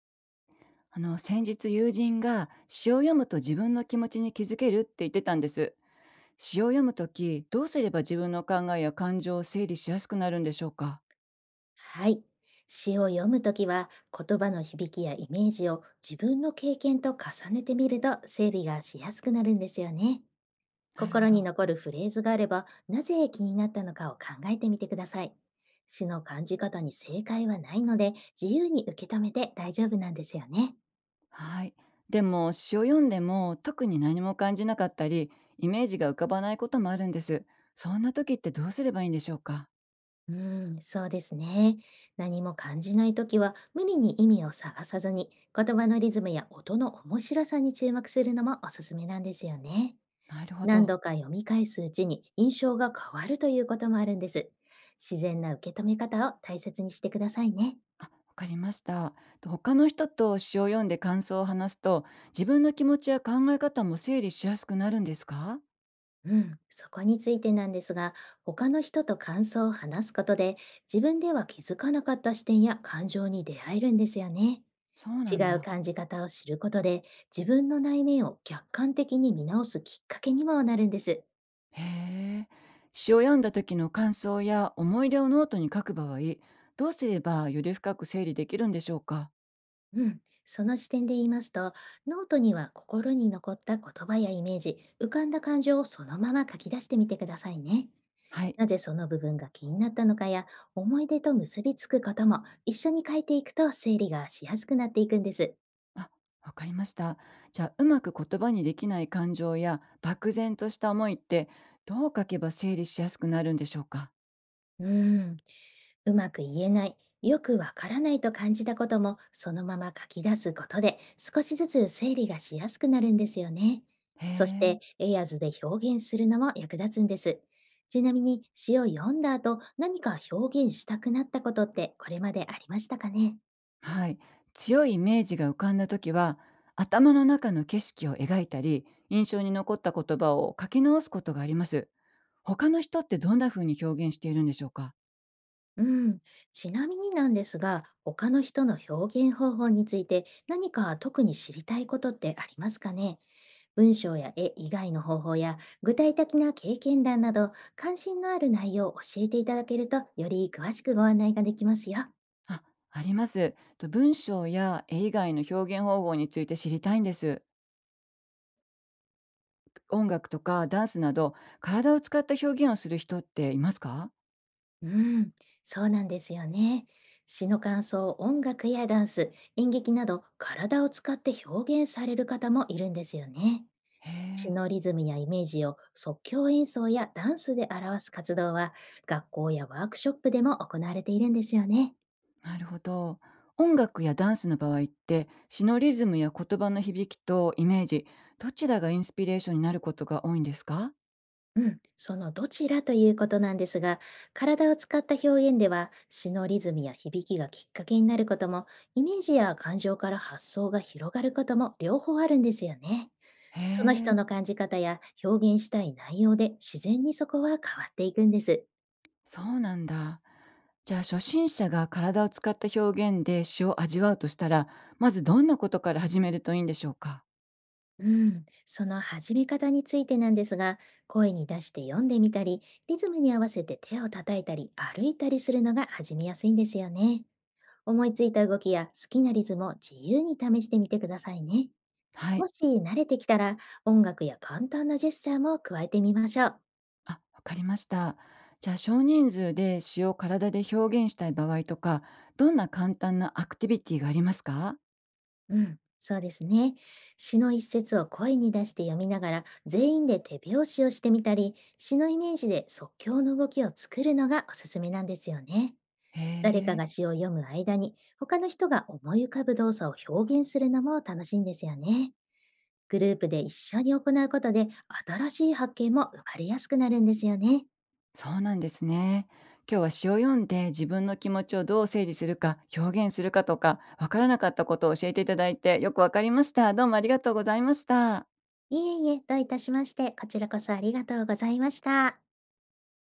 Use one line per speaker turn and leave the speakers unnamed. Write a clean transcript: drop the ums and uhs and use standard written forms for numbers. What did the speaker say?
先日友人が詩を読むと自分の気持ちに気づけるって言ってたんです。詩を読むときどうすれば自分の考えや感情を整理しやすくなるんでしょうか？
はい。詩を読むときは、言葉の響きやイメージを自分の経験と重ねてみると整理がしやすくなるんですよね。
なるほ
心に
ど。
残るフレーズがあれば、なぜ気になったのかを考えてみてください。詩の感じ方に正解はないので、自由に受け止めて大丈夫なんですよね。
はい、でも詩を読んでも特に何も感じなかったり、イメージが浮かばないこともあるんです。そんな時ってどうすればいいんでしょうか？
うん、そうですね。何も感じないときは、無理に意味を探さずに言葉のリズムや音の面白さに注目するのもおすすめなんですよね。
なるほ
何
ど。
度か読み返すうちに印象が変わるということもあるんです。自然な受け止め方を大切にしてくださいね。
あ、わかりました。と、他の人と詩を読んで感想を話すと自分の気持ちや考え方も整理しやすくなるんですか？
うん、そこについてなんですが、他の人と感想を話すことで、自分では気づかなかった視点や感情に出会えるんですよね。
そうな
違
ん
う
だ。
感じ方を知ることで、自分の内面を客観的に見直すきっかけにもなるんです。
へえ。詩を読んだ時の感想や思い出をノートに書く場合、どうすればより深く整理できるんでしょうか？
うん、その視点で言いますと、ノートには心に残った言葉やイメージ、浮かんだ感情をそのまま書き出してみてくださいね。
はい。
なぜその部分が気になったのかや、思い出と結びつくことも一緒に書いていくと、整理がしやすくなっていくんです。
あ、わかりました。じゃあ、うまく言葉にできない感情や漠然とした思いって、どう書けば整理しやすくなるんでしょうか？
うん。うまく言えない、よくわからないと感じたこともそのまま書き出すことで、少しずつ整理がしやすくなるんですよね。
へ
そし
え。
てエアーズで表現するのも役立つんです。ちなみに、詩を読んだ後何か表現したくなったことって、これまでありましたかね？
はい。強いイメージが浮かんだ時は、頭の中の景色を描いたり、印象に残った言葉を書き直すことがあります。他の人ってどんな風に表現しているんでしょうか？
うん。ちなみになんですが、他の人の表現方法について何か特に知りたいことってありますかね？文章や絵以外の方法や具体的な経験談など、関心のある内容を教えていただけると、より詳しくご案内ができますよ。
あ、あります。と、文章や絵以外の表現方法について知りたいんです。音楽とかダンスなど体を使った表現をする人っていますか？
うん、そうなんですよね。詩の感想を音楽やダンス、演劇など体を使って表現される方もいるんですよね。
へ
詩
え、
のリズムやイメージを即興演奏やダンスで表す活動は、学校やワークショップでも行われているんですよね。
なるほど。音楽やダンスの場合って詩のリズムや言葉の響きとイメージ、どちらがインスピレーションになることが多いんですか？
うん、そのどちらということなんですが、体を使った表現では、詩のリズムや響きがきっかけになることも、イメージや感情から発想が広がることも、両方あるんですよね。
へ
その人
え、
の感じ方や表現したい内容で、自然にそこは変わっていくんです。
そうなんだ。じゃあ初心者が体を使った表現で詩を味わうとしたら、まずどんなことから始めるといいんでしょうか？
うん、その始め方についてなんですが、声に出して読んでみたり、リズムに合わせて手を叩いたり歩いたりするのが始めやすいんですよね。思いついた動きや好きなリズムを自由に試してみてくださいね。
は
も
い。
し慣れてきたら、音楽や簡単なジェスチャーも加えてみましょう。
あ、わかりました。じゃあ少人数で詩を体で表現したい場合とか、どんな簡単なアクティビティがありますか？
うん、そうですね。詩の一節を声に出して読みながら全員で手拍子をしてみたり、詩のイメージで即興の動きを作るのがおすすめなんですよね。
へ
誰か
え、
が詩を読む間に、他の人が思い浮かぶ動作を表現するのも楽しいんですよね。グループで一緒に行うことで、新しい発見も生まれやすくなるんですよね。
そうなんですね。今日は詩を読んで自分の気持ちをどう整理するか、表現するかとか、わからなかったことを教えていただいてよくわかりました。どうもありがとうございました。
いえいえ、どういたしまして、こちらこそありがとうございました。